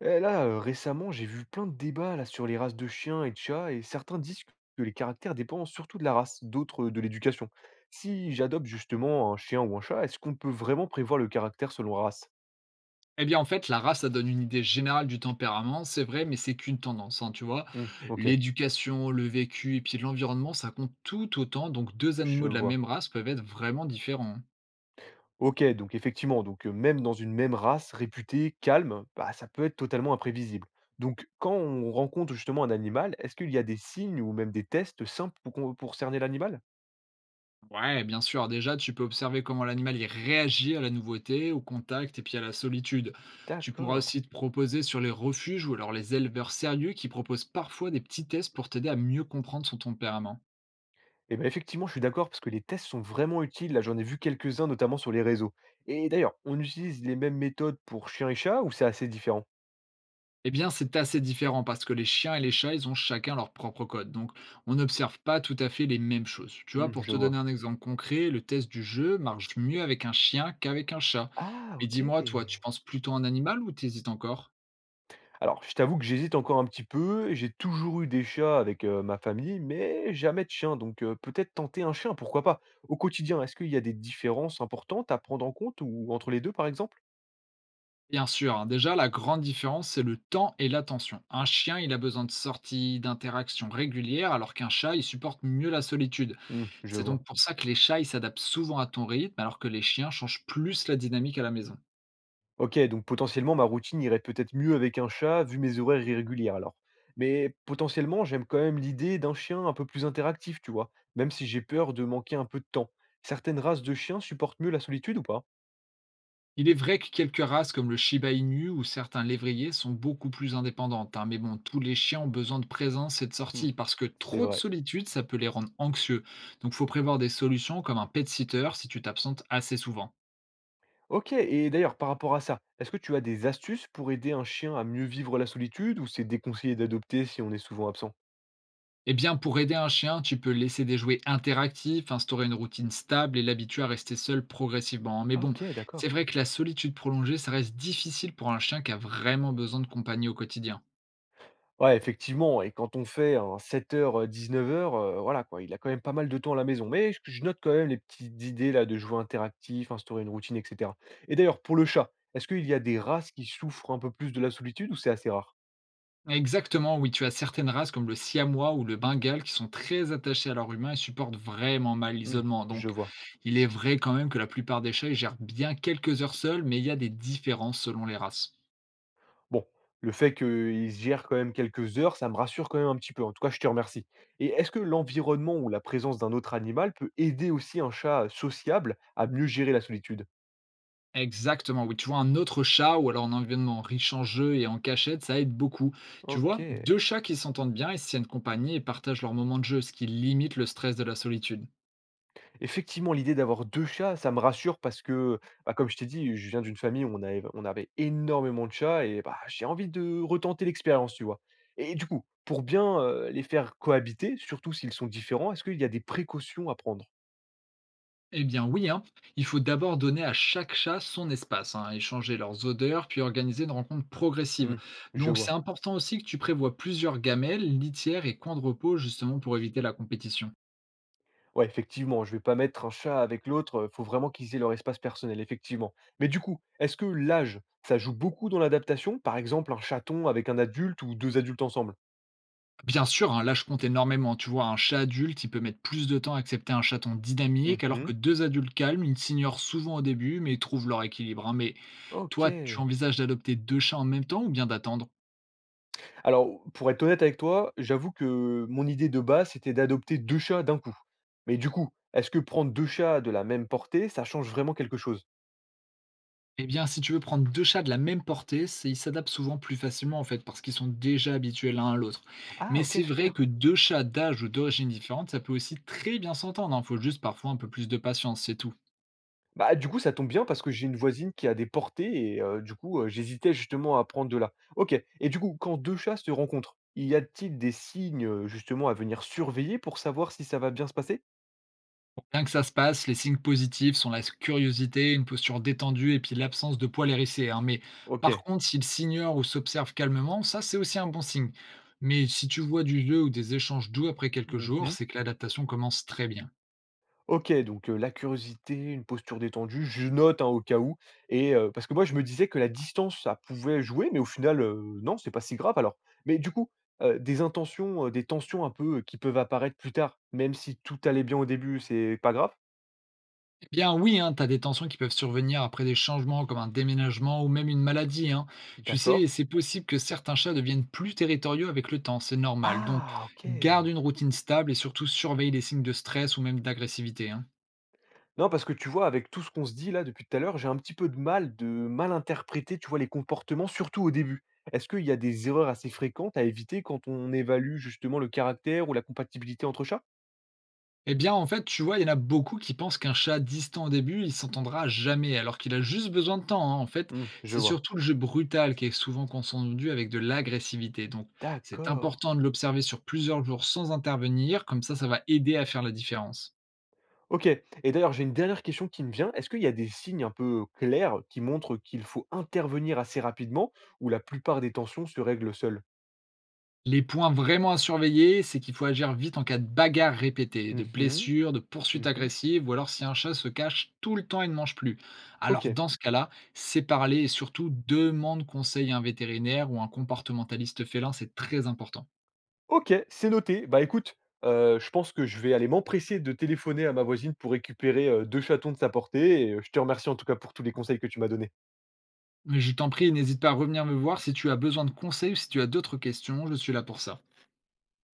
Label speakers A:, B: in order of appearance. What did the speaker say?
A: Eh, là, récemment, j'ai vu plein de débats là sur les races de chiens et de chats, et certains disent que les caractères dépendent surtout de la race, d'autres, de l'éducation. Si j'adopte justement un chien ou un chat, est-ce qu'on peut vraiment prévoir le caractère selon la race?
B: Eh bien, en fait, la race, ça donne une idée générale du tempérament, c'est vrai, mais c'est qu'une tendance, hein, tu vois.
A: Mmh, OK,
B: L'éducation, le vécu et puis l'environnement, ça compte tout autant. Donc, deux
A: je
B: animaux de la
A: vois.
B: même race peuvent être vraiment différents.
A: OK, donc effectivement, donc même dans une même race réputée calme, bah, ça peut être totalement imprévisible. Donc quand on rencontre justement un animal, est-ce qu'il y a des signes ou même des tests simples pour qu'on pour cerner l'animal?
B: Ouais, bien sûr. Déjà, tu peux observer comment l'animal il réagit à la nouveauté, au contact et puis à la solitude. Tu pourras
A: D'accord.
B: aussi te proposer sur les refuges ou alors les éleveurs sérieux qui proposent parfois des petits tests pour t'aider à mieux comprendre son tempérament.
A: Eh ben, effectivement, je suis d'accord parce que les tests sont vraiment utiles. Là, j'en ai vu quelques-uns, notamment sur les réseaux. Et d'ailleurs, on utilise les mêmes méthodes pour chien et chat, ou c'est assez différent?
B: Eh bien, c'est assez différent parce que les chiens et les chats, ils ont chacun leur propre code. Donc, on n'observe pas tout à fait les mêmes choses. Tu vois,
A: Hmm,
B: pour
A: je
B: te donner
A: vois.
B: un exemple concret, le test du jeu marche mieux avec un chien qu'avec un chat.
A: Ah,
B: Mais
A: OK.
B: dis-moi, toi, tu penses plutôt à un animal ou t'hésites encore?
A: Alors, je t'avoue que j'hésite encore un petit peu. J'ai toujours eu des chats avec ma famille, mais jamais de chien. Donc, peut-être tenter un chien, pourquoi pas. Au quotidien, est-ce qu'il y a des différences importantes à prendre en compte ou entre les deux, par exemple?
B: Bien sûr, hein, déjà, la grande différence, c'est le temps et l'attention. Un chien, il a besoin de sorties, d'interactions régulières, alors qu'un chat, il supporte mieux la solitude.
A: Hmm, je
B: C'est
A: vois.
B: donc pour ça que les chats, ils s'adaptent souvent à ton rythme, alors que les chiens changent plus la dynamique à la maison.
A: OK, donc potentiellement, ma routine irait peut-être mieux avec un chat, vu mes horaires irréguliers alors. Mais potentiellement, j'aime quand même l'idée d'un chien un peu plus interactif, tu vois, même si j'ai peur de manquer un peu de temps. Certaines races de chiens supportent mieux la solitude ou pas?
B: Il est vrai que quelques races comme le Shiba Inu ou certains lévriers sont beaucoup plus indépendantes, hein, mais bon, tous les chiens ont besoin de présence et de
A: Hmm,
B: sortie parce que
A: c'est
B: trop de
A: vrai.
B: solitude, ça peut les rendre anxieux. Donc faut prévoir des solutions comme un pet sitter si tu t'absentes assez souvent.
A: OK, et d'ailleurs, par rapport à ça, est-ce que tu as des astuces pour aider un chien à mieux vivre la solitude, ou c'est déconseillé d'adopter si on est souvent absent?
B: Eh bien, pour aider un chien, tu peux laisser des jouets interactifs, instaurer une routine stable et l'habituer à rester seul progressivement, hein. Mais
A: Ah,
B: bon,
A: OK,
B: c'est
A: d'accord.
B: vrai que la solitude prolongée, ça reste difficile pour un chien qui a vraiment besoin de compagnie au quotidien.
A: Ouais, effectivement, et quand on fait un sept heures, dix-neuf heures, voilà quoi, il a quand même pas mal de temps à la maison. Mais je note quand même les petites idées là de jouer interactif, instaurer une routine, et cetera. Et d'ailleurs, pour le chat, est-ce qu'il y a des races qui souffrent un peu plus de la solitude, ou c'est assez rare?
B: Exactement, oui, tu as certaines races comme le siamois ou le bengale qui sont très attachés à leur humain et supportent vraiment mal
A: Mmh,
B: l'isolement.
A: je
B: Donc,
A: vois.
B: il est vrai quand même que la plupart des chats ils gèrent bien quelques heures seuls, mais il y a des différences selon les races.
A: Bon, le fait qu'ils gèrent quand même quelques heures, ça me rassure quand même un petit peu. En tout cas, je te remercie. Et est-ce que l'environnement ou la présence d'un autre animal peut aider aussi un chat sociable à mieux gérer la solitude?
B: Exactement, oui. Tu vois, un autre chat ou alors un environnement riche en jeux et en cachette, ça aide beaucoup. Tu vois,
A: OK.
B: deux chats qui s'entendent bien, ils se tiennent compagnie et partagent leurs moments de jeu, ce qui limite le stress de la solitude.
A: Effectivement, l'idée d'avoir 2 chats, ça me rassure parce que, bah, comme je t'ai dit, je viens d'une famille où on avait énormément de chats, et bah, j'ai envie de retenter l'expérience, tu vois? Et du coup, pour bien, les faire cohabiter, surtout s'ils sont différents, est-ce qu'il y a des précautions à prendre?
B: Eh bien oui, hein. Il faut d'abord donner à chaque chat son espace, hein, échanger leurs odeurs, puis organiser une rencontre progressive.
A: Mmh, je
B: Donc c'est
A: vois.
B: important aussi que tu prévois plusieurs gamelles, litières et coins de repos justement pour éviter la compétition.
A: Ouais, effectivement, je vais pas mettre un chat avec l'autre, faut vraiment qu'ils aient leur espace personnel, effectivement. Mais du coup, est-ce que l'âge, ça joue beaucoup dans l'adaptation? Par exemple, un chaton avec un adulte, ou deux adultes ensemble?
B: Bien sûr, hein, là je compte énormément. Tu vois, un chat adulte, il peut mettre plus de temps à accepter un chaton dynamique, alors que
A: Mmh,
B: deux adultes calmes, ils s'ignorent souvent au début, mais ils trouvent leur équilibre, hein. Mais toi, tu
A: OK.
B: envisages d'adopter deux chats en même temps ou bien d'attendre?
A: Alors, pour être honnête avec toi, j'avoue que mon idée de base, c'était d'adopter 2 chats d'un coup. Mais du coup, est-ce que prendre 2 chats de la même portée, ça change vraiment quelque chose?
B: Eh bien, si tu veux prendre 2 chats de la même portée, c'est ils s'adaptent souvent plus facilement en fait, parce qu'ils sont déjà habitués l'un à l'autre.
A: Ah
B: Mais c'est
A: OK,
B: vrai
A: super.
B: que 2 chats d'âge ou d'origine différente, ça peut aussi très bien s'entendre, il faut juste parfois un peu plus de patience, c'est tout.
A: Bah, du coup, ça tombe bien parce que j'ai une voisine qui a des portées, et du coup, j'hésitais justement à prendre de là. OK, et du coup, quand 2 chats se rencontrent, y a-t-il des signes, justement à venir surveiller pour savoir si ça va bien se passer?
B: Pour bien que ça se passe, les signes positifs sont la curiosité, une posture détendue et puis l'absence de poils hérissés, hein. Mais par
A: OK.
B: contre, s'ils s'ignorent ou s'observent calmement, ça c'est aussi un bon signe. Mais si tu vois du jeu ou des échanges doux après quelques jours,
A: Mmh,
B: c'est que l'adaptation commence très bien.
A: OK, donc la curiosité, une posture détendue, je note, hein, au cas où. Et parce que moi je me disais que la distance ça pouvait jouer, mais au final, non, c'est pas si grave alors. Mais du coup, des tensions un peu, qui peuvent apparaître plus tard, même si tout allait bien au début, c'est pas grave?
B: Bien oui, hein, tu as des tensions qui peuvent survenir après des changements comme un déménagement ou même une maladie, hein. Tu
A: D'accord.
B: sais, c'est possible que certains chats deviennent plus territoriaux avec le temps, c'est normal. Donc,
A: Ah, OK!
B: garde une routine stable et surtout surveille les signes de stress ou même d'agressivité, hein.
A: Non, parce que tu vois, avec tout ce qu'on se dit là depuis tout à l'heure, j'ai un petit peu de mal interpréter, tu vois, les comportements, surtout au début. Est-ce qu'il y a des erreurs assez fréquentes à éviter quand on évalue justement le caractère ou la compatibilité entre chats?
B: Eh bien, en fait, tu vois, il y en a beaucoup qui pensent qu'un chat distant au début, il s'entendra jamais, alors qu'il a juste besoin de temps, hein. En fait,
A: Mmh, je
B: c'est
A: vois.
B: surtout le jeu brutal qui est souvent confondu avec de l'agressivité. Donc, c'est
A: D'accord.
B: important de l'observer sur plusieurs jours sans intervenir, comme ça va aider à faire la différence.
A: OK, et d'ailleurs, j'ai une dernière question qui me vient. Est-ce qu'il y a des signes un peu clairs qui montrent qu'il faut intervenir assez rapidement, ou la plupart des tensions se règlent seules?
B: Les points vraiment à surveiller, c'est qu'il faut agir vite en cas de bagarre répétée, de
A: Mmh mh.
B: blessure, de poursuite
A: Mmh,
B: agressive, ou alors si un chat se cache tout le temps et ne mange plus. Alors
A: OK.
B: dans ce cas-là, c'est parler et surtout demande conseil à un vétérinaire ou un comportementaliste félin, c'est très important.
A: OK, c'est noté. Bah, écoute, je pense que je vais aller m'empresser de téléphoner à ma voisine pour récupérer, 2 chatons de sa portée, et je te remercie en tout cas pour tous les conseils que tu m'as donnés.
B: Mais je t'en prie, n'hésite pas à revenir me voir si tu as besoin de conseils ou si tu as d'autres questions, je suis là pour ça.